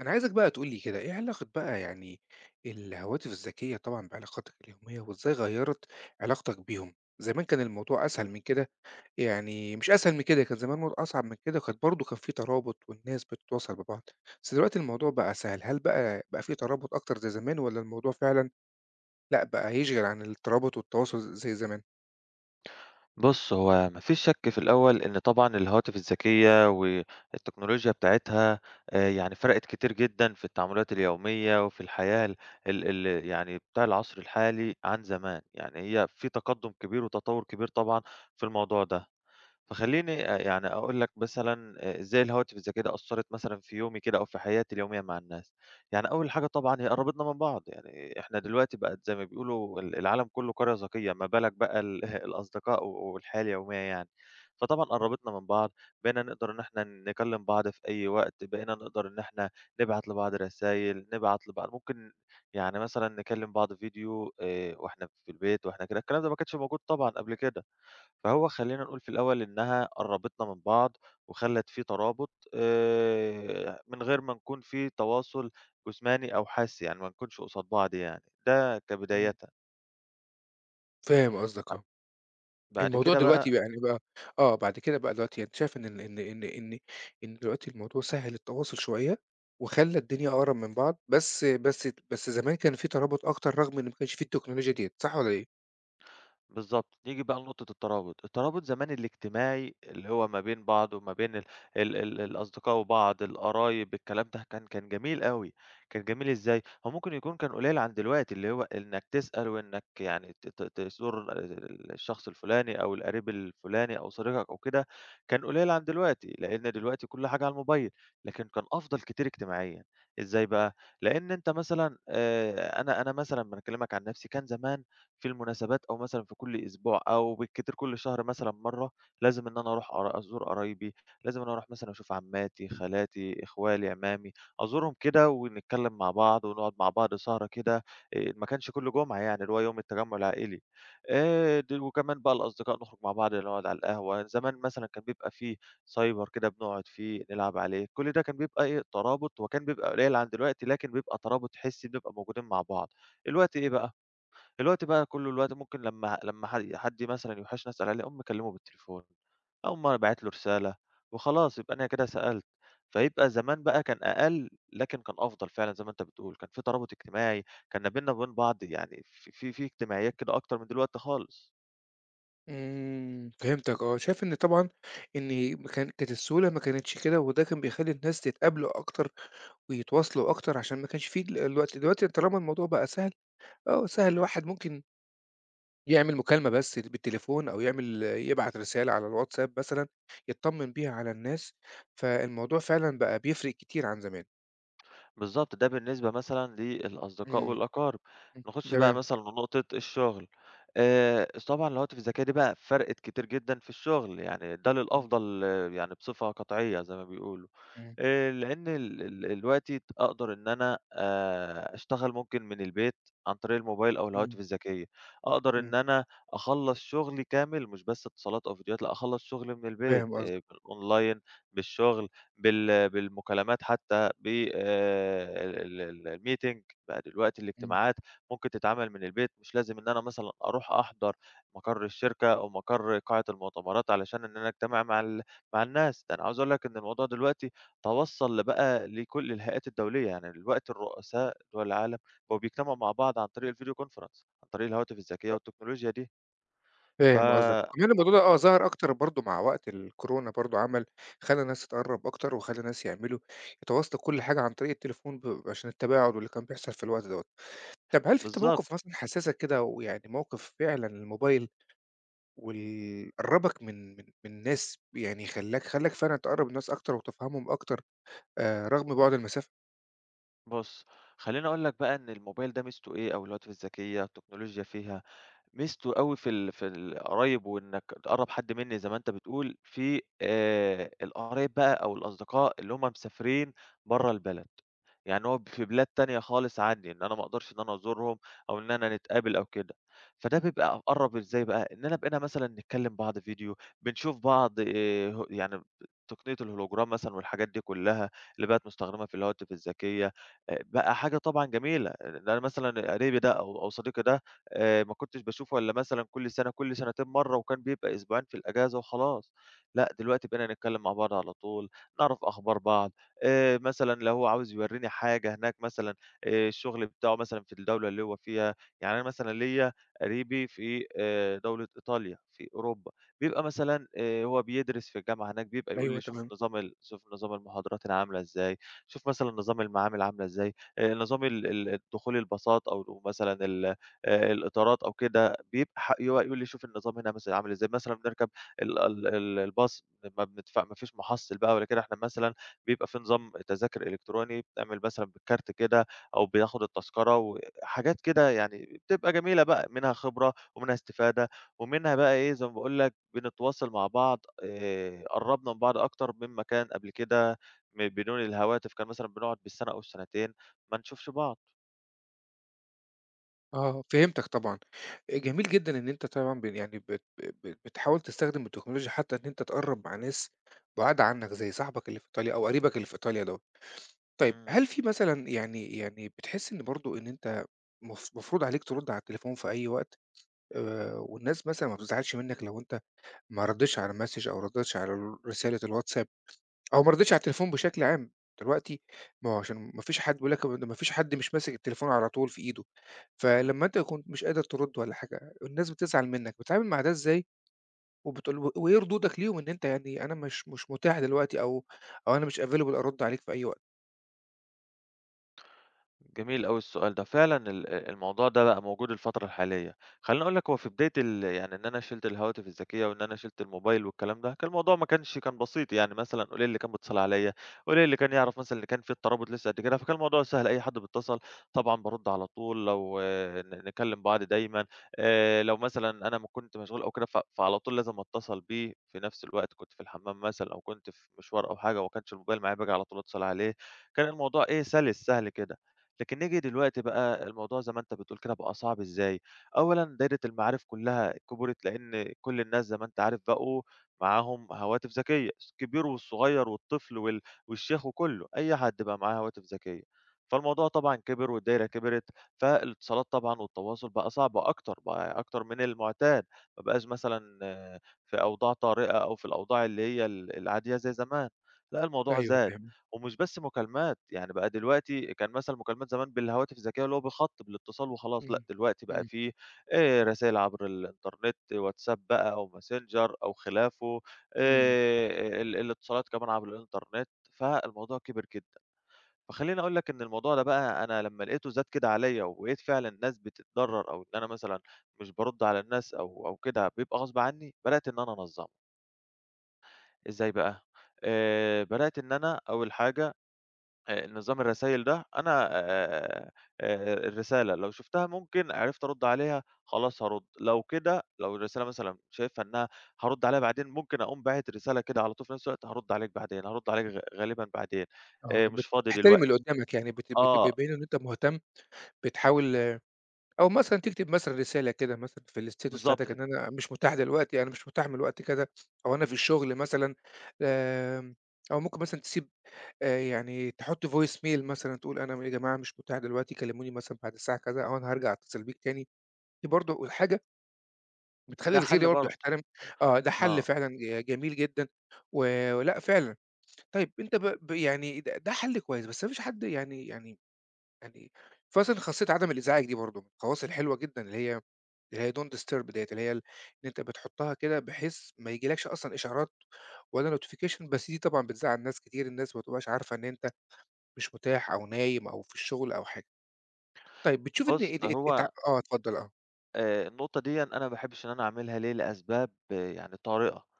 أنا عايزك بقى تقول لي كده إيه علاقة بقى يعني الهواتف الذكية طبعًا بعلاقاتك اليومية، وإزاي غيّرت علاقتك بيهم؟ زمان كان الموضوع أسهل من كده، يعني مش أسهل من كده، كان زمان الموضوع أصعب من كده، وكانت برضه كان في ترابط والناس بتتواصل ببعض، بس دلوقتي الموضوع بقى سهل، هل بقى في ترابط أكتر زي زمان والّا الموضوع فعلًا لأ، بقى يشغل عن الترابط والتواصل زي زمان؟ بُص، هو ما فيش شَك في الأول إن طبعًا الهواتف الذكية والتكنولوجيا بتاعتها يعني فرقِت كتير جدًا في التعاملات اليومية وفي الحياة يعني بتاع العصر الحالي عن زمان، يعني هي في تقدُّم كبير وتطوُّر كبير طبعًا في الموضوع ده. فخلّيني يعني أقول لك مثلًا إزاي الهواتف الذكية دي أثّرت مثلًا في يومي كده أو في حياتي اليومية مع الناس. يعني أول حاجة طبعًا هي قرّبتنا من بعض، يعني إحنا دلوقتي بقت زي ما بيقولوا العالم كُلّه قرية ذكية، ما بالك بقى ال الأصدقاء و والحياة اليومية يعني. فطبعًا قرّبتنا من بعض، بقينا نقدر إن إحنا نكلّم بعض في أي وقت، بقينا نقدر إن إحنا نبعت لبعض رسايل، نبعت لبعض ممكن يعني مثلًا نكلّم بعض فيديو وإحنا في البيت وإحنا كده، الكلام ده ما كانش موجود طبعًا قبل كده. فهو خلّينا نقول في الأول إنها قرّبتنا من بعض، وخلّت في ترابط من غير ما نكون في تواصل جسماني أو حاسي، يعني ما نكونش قصاد بعض يعني، ده إمم. كبدايةً. فاهم قصدك آه. بعد الموضوع كده دلوقتي بقى بقى يعني بقى آه، بعد كده بقى دلوقتي أنت شايف إن ال إن إن إن إن دلوقتي الموضوع سهّل التواصل شوية، وخلّى الدنيا أقرب من بعض، بس زمان كان في ترابط أكتر رغم إن ما كانش في التكنولوجيا ديّة، صح والّا إيه؟ بالضبط، نيجي بقى لنقطة الترابط، الترابط زمان الاجتماعي اللي هو ما بين بعض وما بين ال ال ال الأصدقاء وبعض، القرايب، الكلام ده كان جميل أوي، كان جميل إزاي؟ هو ممكن يكون كان قليل عن دلوقتي، اللي هو إنك تسأل وإنك يعني ت ت تزور الشخص الفلاني أو القريب الفلاني أو صديقك أو كده، كان قليل عن دلوقتي، لإن دلوقتي كل حاجة على الموبايل، لكن كان أفضل كتير اجتماعيًا، إزاي بقى؟ لإن أنت مثلًا أنا مثلًا باكلمك عن نفسي، كان زمان في المناسبات أو مثلًا في كل أسبوع أو بالكتير كل شهر مثلًا مرّة، لازم إن أنا أروح أزور قرايبي، لازم إن أنا أروح مثلًا أشوف عمّاتي، خالاتي، إخوالي، عمامي، أزورهم كده ونتكلّم مع بعض ونقعد مع بعض سهرة كده، ما كانش كل جمعة يعني اللي هو يوم التجمُّع العائلي. د وكمان بقى الأصدقاء نخرج مع بعض، نقعد على القهوة، زمان مثلًا كان بيبقى في سايبر كده بنقعد فيه، نلعب عليه، كل ده كان بيبقى إيه، ترابط وكان بيبقى قليل عن دلوقتي لكن بيبقى ترابط حسّي، بنبقى موجودين مع بعض. دلوقتي إيه بقى، دلوقتي بقى كُلّه الوقت ممكن لمّا حد مثلًا يوحشني أسأل عليه، أقوم مكلّمه بالتليفون، أقوم أنا باعت له رسالة وخلاص يبقى أنا كده سألت. فيبقى زمان بقى كان أقل، لكن كان أفضل فعلًا زي ما أنت بتقول، كان في ترابط اجتماعي، كان ما بيننا وبين بعض يعني في اجتماعيات كده أكتر من دلوقتي خالص. إمم، فهمتك آه، شايف إن طبعًا إن ما كان كانت السهولة ما كانتش كده، وده كان بيخلّي الناس تتقابلوا أكتر ويتواصلوا أكتر عشان ما كانش في الوقت، دلوقتي طالما الموضوع بقى سهل، آه، سهل إمم. الواحد ممكن يعمل مكالمة بس بالتليفون أو يعمل يبعت رسالة على الواتساب مثلًا، يطمّن بيها على الناس، فالموضوع فعلًا بقى بيفرق كتير عن زمان. بالضبط، ده بالنسبة مثلًا للأصدقاء إمم، والأقارب. إمم، نخش بقى تمام. مثلًا لنقطة الشغل، طبعًا الهواتف الذكية دي بقى فرقت كتير جدًا في الشغل، يعني ده إمم، للأفضل آه، يعني بصفة قطعية زي ما بيقولوا. إمم، لإن ال ال دلوقتي أقدر إن أنا أشتغل ممكن من البيت عن طريق الموبايل أو إمم، الهواتف الذكية، أقدر إمم، إن أنا أخلّص شغلي كامل مش بس اتصالات أو فيديوهات، لأ أخلّص شغلي من البيت فاهم قصدك، بالأونلاين، بالشغل، بالمكالمات حتى، ب ال ال الmeeting بقى دلوقتي إمم، الاجتماعات ممكن تتعمل من البيت، مش لازم إن أنا مثلًا أروح أحضر مقر الشركة أو مقر قاعة المؤتمرات علشان إن أنا أجتمع مع مع الناس، ده أنا عاوز أقول لك إن الموضوع دلوقتي توصّل لبقى لكل الهيئات الدولية، يعني دلوقتي الرؤساء دول العالم بقوا بيجتمعوا مع بعض عن طريق الفيديو كونفرنس، عن طريق الهواتف الذكية أ والتكنولوجيا دي. ف فاهم قصدك، وكمان الموضوع ده آه، ظهر أكتر برضه مع وقت الكورونا برضه عمل خلّى الناس تتقرّب أكتر، وخلّى الناس يعملوا يتواصلوا كل حاجة عن طريق التليفون ب عشان التباعد واللي كان بيحصل في الوقت دوّة. طَب هل في أنت موقف بالضبط، مثلًا حسّسك كده ويعني موقف فعلًا الموبايل قرّبك من من الناس، يعني خلّاك فعلًا تقرّب الناس أكتر وتفهمهم أكتر رغم بُعد المسافة. بُص خلّيني أقول لك بقى إن الموبايل ده ميزته إيه أو الهواتف الذكية، التكنولوجيا فيها ميزته أوي في في القرايب وإنك تقرّب حد مني زي ما أنت بتقول، في القرايب بقى أو الأصدقاء اللي هُم مسافرين برّه البلد، يعني هو في بلاد تانية خالص عني، إن أنا ما أقدرش إن أنا أزورهم أو إن أنا نتقابل أو كده، فده بيبقى قرّب إزاي بقى، إننا بقينا مثلًا نتكلّم بعض فيديو، بنشوف بعض ه يعني تقنية الهولوجرام مثلًا والحاجات دي كلّها اللي بقت مستخدمة في الهواتف الذكية، بقى حاجة طبعًا جميلة، إن أنا مثلًا قريبي ده أو صديقي ده ما كنتش باشوفه إلا مثلًا كل سنة، كل سنتين مرّة، وكان بيبقى أسبوعين في الأجازة وخلاص. لأ، دلوقتي بقينا نتكلّم مع بعض على طول، نعرف أخبار بعض، مثلًا لو هو عاوز يورّيني حاجة هناك مثلًا الشغل بتاعه مثلًا في الدولة اللي هو فيها، يعني أنا مثلًا ليّا قريبي في دولة إيطاليا في أوروبا، بيبقى مثلًا هو بيدرس في الجامعة هناك، بيبقى يقول لي أيوه شوف تمام، نظام شوف نظام المحاضرات هنا عاملة إزاي، شوف مثلًا نظام المعامل عاملة إزاي، نظام ال ال الدخول الباصات أو مثلًا ال الإطارات أو كده، بيبقى ح يو يقول لي شوف النظام هنا مثلًا عامل إزاي، مثلًا بنركب ال ال ال الباص ما بندف ما فيش محصِّل بقى ولا كده، إحنا مثلًا بيبقى في نظام تذاكر إلكتروني بتعمل مثلًا بالكارت كده أو بياخد التذكرة وحاجات كده يعني بتبقى جميلة بقى، منها خبرة ومنها استفادة ومنها بقى إيه، زي ما باقول لك بنتواصل مع بعض قرّبنا من بعض أكتر مما كان قبل كده بدون الهواتف، كان مثلًا بنقعد بالسنة أو السنتين ما نشوفش بعض. آه، فهمتك طبعًا. جميل جدًا إن أنت طبعًا ب يعني بت ب بتحاول تستخدم التكنولوجيا حتى إن أنت تقرّب مع ناس بُعاد عنّك زي صاحبك اللي في إيطاليا أو قريبك اللي في إيطاليا دوّة. طيب إمم، هل في مثلًا يعني بتحس إن برضه إن أنت مفروض عليك ترُد على التليفون في أي وقت والناس مثلًا ما بتزعلش منّك لو أنت ما ردّيتش على الmessage أو ردّيتش على رسالة الWhatsApp أو ما رضيتش على التليفون بشكل عام، دلوقتي ما هو عشان ما فيش حد بيقول لك ما فيش حد مش ماسك التليفون على طول في إيده، إمم. فلمّا أنت كنت مش قادر ترُد والّا حاجة، الناس بتزعل منّك، بتتعامل مع ده إزاي؟ وبتقول و وإيه ردودك ليهم إن أنت يعني أنا مش متاح دلوقتي أو أنا مش available أرُد عليك في أي وقت؟ جميل أوي السؤال ده، فعلًا ال الموضوع ده بقى موجود الفترة الحالية، خلّيني أقول لك هو في بداية يعني إن أنا شِلت الهواتف الذكية وإن أنا شِلت الموبايل والكلام ده، كان الموضوع ما كانش كان بسيط يعني مثلًا قليل اللي كان بيتصل عليَّ، قليل اللي كان يعرف مثلًا اللي كان في الترابط لسه قد كده، فكان الموضوع سهل أي حد بيتصل طبعًا بارُد على طول، لو آه، نكلّم بعض دايمًا لو مثلًا أنا ما كنت مشغول أو كده فعلى طول لازم أتصل بيه في نفس الوقت، كنت في الحمام مثلًا أو كنت في مشوار أو حاجة وما كانش الموبايل معايا باجي على طول أتصل عليه، كان الموضوع إيه سَلِس سهل كده. لكن نيجي دلوقتي بقى الموضوع زي ما أنت بتقول كده بقى صعب إزاي، أولًا دايرة المعارف كلّها كبرت لإن كل الناس زي ما أنت عارف بقوا معاهم هواتف ذكية، الكبير والصغير والطفل والشيخ وكلّه، أي حد بقى معاه هواتف ذكية، فالموضوع طبعًا كبر والدايرة كبرت، فالاتصالات طبعًا والتواصل بقى صعب أكتر، بقى أكتر من المعتاد، ما بقاش مثلًا آه، في أوضاع طارئة أو في الأوضاع اللي هي العادية زي زمان، لأ الموضوع أيوه زاد. فاهمك. ومش بس مكالمات، يعني بقى دلوقتي كان مثلًا مكالمات زمان بالهواتف الذكية اللي هو بالخط بالاتصال وخلاص، لأ إمم، دلوقتي بقى إمم، في رسايل عبر الإنترنت، واتساب بقى أو messenger أو خلافه، إمم، ال الاتصالات كمان عبر الإنترنت، فالموضوع كبر جدًا. فخلّيني أقول لك إن الموضوع ده بقى أنا لمّا لقيته زاد كده عليّا، ولقيت فعلًا الناس بتتضرر أو إن أنا مثلًا مش بارُد على الناس أو كده بيبقى غصب عني، بدأت إن أنا أنظّمه. إزاي بقى؟ بدأت إن أنا أول حاجة نظام الرسايل ده أنا الرسالة لو شُفتها ممكن عرفت أرُد عليها خلاص هارُد، لو كده لو الرسالة مثلًا شايفها إنها هارُد عليها بعدين، ممكن أقوم باعت رسالة كده على طول في نفس الوقت هارُد عليك بعدين، هارُد عليك غالبًا بعدين، آه، مش فاضي بتحترم دلوقتي. اللي قدّامك يعني بت بت آه، بتبين إن أنت مهتم، بتحاول أو مثلًا تكتب مثلًا رسالة كده مثلًا في الstatus بالضبط، بتاعتك إن أنا مش متاح دلوقتي، أنا مش متاح من الوقت كذا، أو أنا في الشغل مثلًا، آمم، أو ممكن مثلًا تسيب يعني تحط voice mail مثلًا تقول أنا يا جماعة مش متاح دلوقتي كلموني مثلًا بعد الساعة كذا، أو أنا هارجع أتصل بيك تاني، دي برضه حاجة بتخلّي ده الغير حَل برضه برضه. يحترم آه، ده حل آه. فعلًا جميل جدًا، و ولأ فعلًا. طيب أنت ب ب يعني ده حل كويس، بس ما فيش حد يعني فأصلًا خاصية عدم الإزعاج دي برضه من الخواص الحلوة جدًا اللي هي don't disturb ديّة، اللي هي إن أنت بتحطها كده بحيث ما ييجيلكش أصلًا إشعارات ولا notification، بس دي طبعًا بتزعّل ناس كتير، الناس ما بتبقاش عارفة إن أنت مش متاح أو نايم أو في الشغل أو حاجة. طيب بتشوف إن بُص، ات ات اتع هو آه اتفضل، آه. النقطة ديًا أنا ما باحبش إن أنا أعملها ليه؟ لأسباب آه، يعني طارئة.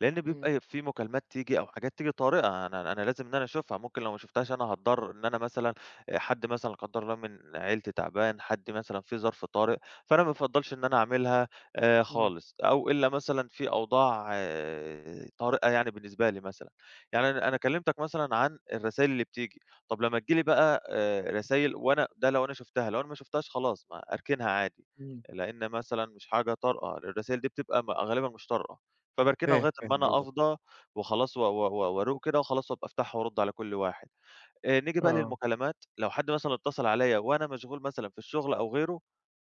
لإن إمم، بيبقى في مكالمات تيجي أو حاجات تيجي طارئة، أنا لازم إن أنا أشوفها، ممكن لو ما شُفتهاش أنا هاتضرّر إن أنا مثلًا حد مثلًا لا قدّر الله من عيلتي تعبان، حد مثلًا في ظرف طارئ، فأنا ما بافضّلش إن أنا أعملها تمام، خالص، أو إلا مثلًا في أوضاع آه، طارئة يعني بالنسبة لي مثلًا. يعني أنا كلّمتك مثلًا عن الرسايل اللي بتيجي، طَب لمّا تيجي لي بقى رسايل وأنا ده لو أنا شُفتها، لو أنا ما شُفتهاش خلاص ما أركنها عادي، إمم. لإن مثلًا مش حاجة طارئة، الرسايل دي بتبقى غالبًا مش طارئة. فباركنها فاهم، لغاية أمّا فاهم أنا قصدك، أفضى وخلاص و و و وأروق كده وخلاص وأبقى أفتحها وأرُد على كل واحد. نيجي بقى آه، للمكالمات، لو حد مثلًا اتصل عليّا وأنا مشغول مثلًا في الشغل أو غيره،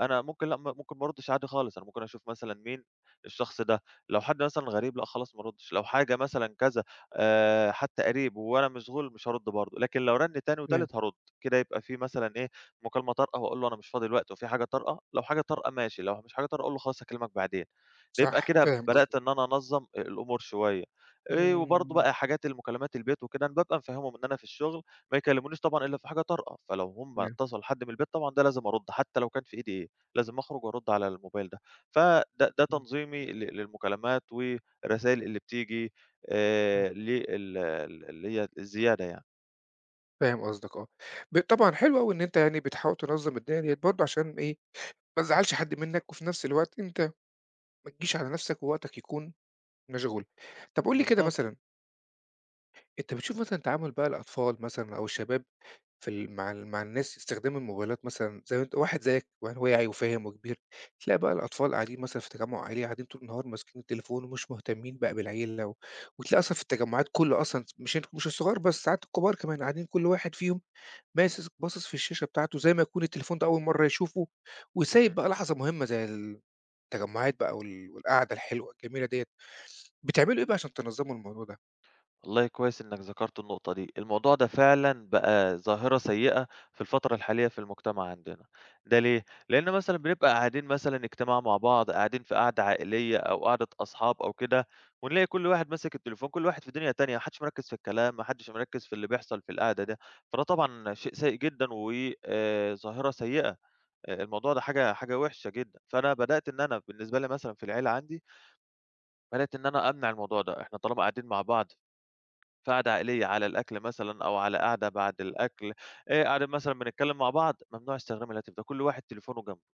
أنا ممكن لأ، ممكن ما أردش عادي خالص، أنا ممكن أشوف مثلًا مين الشخص ده، لو حد مثلًا غريب لأ، خلاص ما أردش، لو حاجة مثلًا كذا حتى قريب وأنا مشغول مش هارُد برضه، لكن لو رَن تاني فاهم، وتالت هارُد، كده يبقى في مثلًا إيه، مكالمة طارئة وأقول له أنا مش فاضي دلوقتي، وفي حاجة طارئة، لو حاجة طارئة ماشي، لو مش حاجة طارئة أقول له خلاص هاكلمك بعدين، يبقى صح، كده فاهم بدأت قصدك. إن أنا أنظّم الأمور شوية. وبرضه إمم، بقى حاجات المكالمات البيت وكده أنا بابقى مفهّمهم إن أنا في الشغل ما يكلمونيش طبعًا إلا في حاجة طارئة، فلو هم تمام، اتصلوا حد من البيت طبعًا ده لازم أرُد، حتى لو كان في إيدي إيه، لازم أخرج وأرُد على الموبايل ده. فده إمم. تنظيمي للمكالمات والرسايل اللي بتيجي إمم، لل ال اللي هي الزيادة يعني. فاهم قصدك آه. ب طبعًا حلو أوي إن أنت يعني بتحاول تنظّم الدنيا ديّة برضه عشان إيه، ما تزعّلش حد منّك، وفي نفس الوقت أنت ما تجيش على نفسك ووقتك يكون مشغول. طب قُل لي كده بالضبط. مثلًا، أنت بتشوف مثلًا تعامل بقى الأطفال مثلًا أو الشباب في ال مع ال مع الناس استخدام الموبايلات مثلًا زي ما أنت واحد زيّك واعي وفاهم وكبير، تلاقي بقى الأطفال قاعدين مثلًا في تجمُّع عائلي قاعدين طول النهار ماسكين التليفون ومش مهتمين بقى بالعيلة و وتلاقي أصلًا في التجمُّعات كُلّه أصلًا مش الصغار بس، ساعات الكبار كمان قاعدين كل واحد فيهم باصص في الشاشة بتاعته زي ما يكون التليفون ده أول مرّة يشوفه، وسايب إمم. بقى لحظة مهمة زي التجمعات بقى وال والقعدة الحلوة الجميلة ديّة، بتعملوا إيه بقى عشان تنظّموا الموضوع ده؟ والله كويس إنك ذكرت النقطة دي، الموضوع ده فعلًا بقى ظاهرة سيئة في الفترة الحالية في المجتمع عندنا، ده ليه؟ لأن مثلًا بنبقى قاعدين مثلًا اجتماع مع بعض، قاعدين في قعدة عائلية أو قعدة أصحاب أو كده، ونلاقي كل واحد ماسك التليفون، كل واحد في دنيا تانية، ما حدش مركّز في الكلام، ما حدش مركّز في اللي بيحصل في القعدة ده، فده طبعًا شيء سيء جدًا و ظاهرة سيئة، الموضوع ده حاجة وحشة جدًا، فأنا بدأت إن أنا بالنسبة لي مثلًا في العيلة عندي، بدأت إن أنا أمنع الموضوع ده، إحنا طالما قاعدين مع بعض فقعدة عائلية على الأكل مثلًا أو على قعدة بعد الأكل، قاعدين مثلًا بنتكلم مع بعض، ممنوع استخدام الهاتف ده، كل واحد تليفونه جنبه،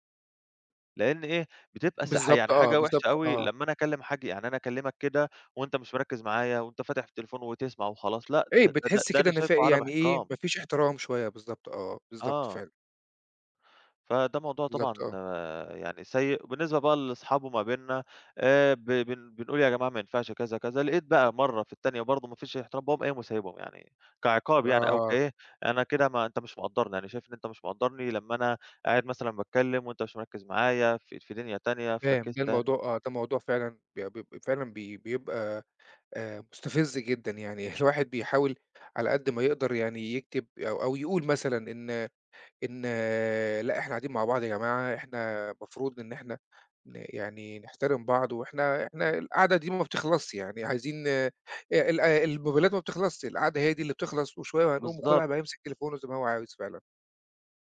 لإن إيه، بتبقى س ح بالضبط يعني آه، حاجة وحشة بالضبط أوي آه، لمّا أنا أكلم حد يعني أنا أكلمك كده وأنت مش مركّز معايا وأنت فاتح التليفون وتسمع وخلاص، لأ، إيه ده ده ده بتحس ده كده أنا إن شايفه في عدم يعني إيه احترام. ما فيش احترام شوية بالضبط آه، بالضبط آه. فعلًا، فده موضوع بالضبط طبعًا آه، آه، يعني سيء، بالنسبة بقى لأصحابه ما بيننا ب بن بنقول يا جماعة ما ينفعش كذا، كذا، لقيت بقى مرّة في التانية برضه ما فيش احترام، قايم وسايبهم يعني كعقاب يعني أو آه، كإيه، أنا كده ما أنت مش مقدّرني، أنا شايف إن أنت مش مقدّرني لمّا أنا قاعد مثلًا باتكلم وأنت مش مركّز معايا في دنيا تانية، في فاهم تركيز ده تاني. الموضوع آه، ده موضوع فعلًا ب ب فعلًا بيبقى مستفز جدًا يعني الواحد بيحاول على قد ما يقدر يعني يكتب أو يقول مثلًا إن آه، لأ، إحنا قاعدين مع بعض يا جماعة، إحنا المفروض إن إحنا ن يعني نحترم بعض، وإحنا القعدة دي ما بتخلصش يعني عايزين ال آه، الموبايلات ما بتخلصش، القعدة هي دي اللي بتخلص وشوية وهنقوم وكل بالضبط، واحد بقى هيمسك تليفونه زي ما هو عاوز فعلًا،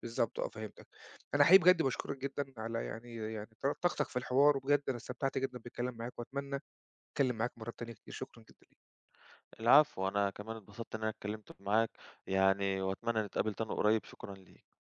بالضبط آه، فهمتك. أنا حقيقي بجد باشكرك جدًا على طاقتك في الحوار، وبجد أنا استمتعت جدًا بالكلام معاك، وأتمنى أتكلم معاك مرات تانية كتير، شكرًا جدًا ليك. العفو، أنا كمان اتبسطت إن أنا اتكلمت معاك يعني وأتمنى نتقابل تاني قريب، شكرًا ليك.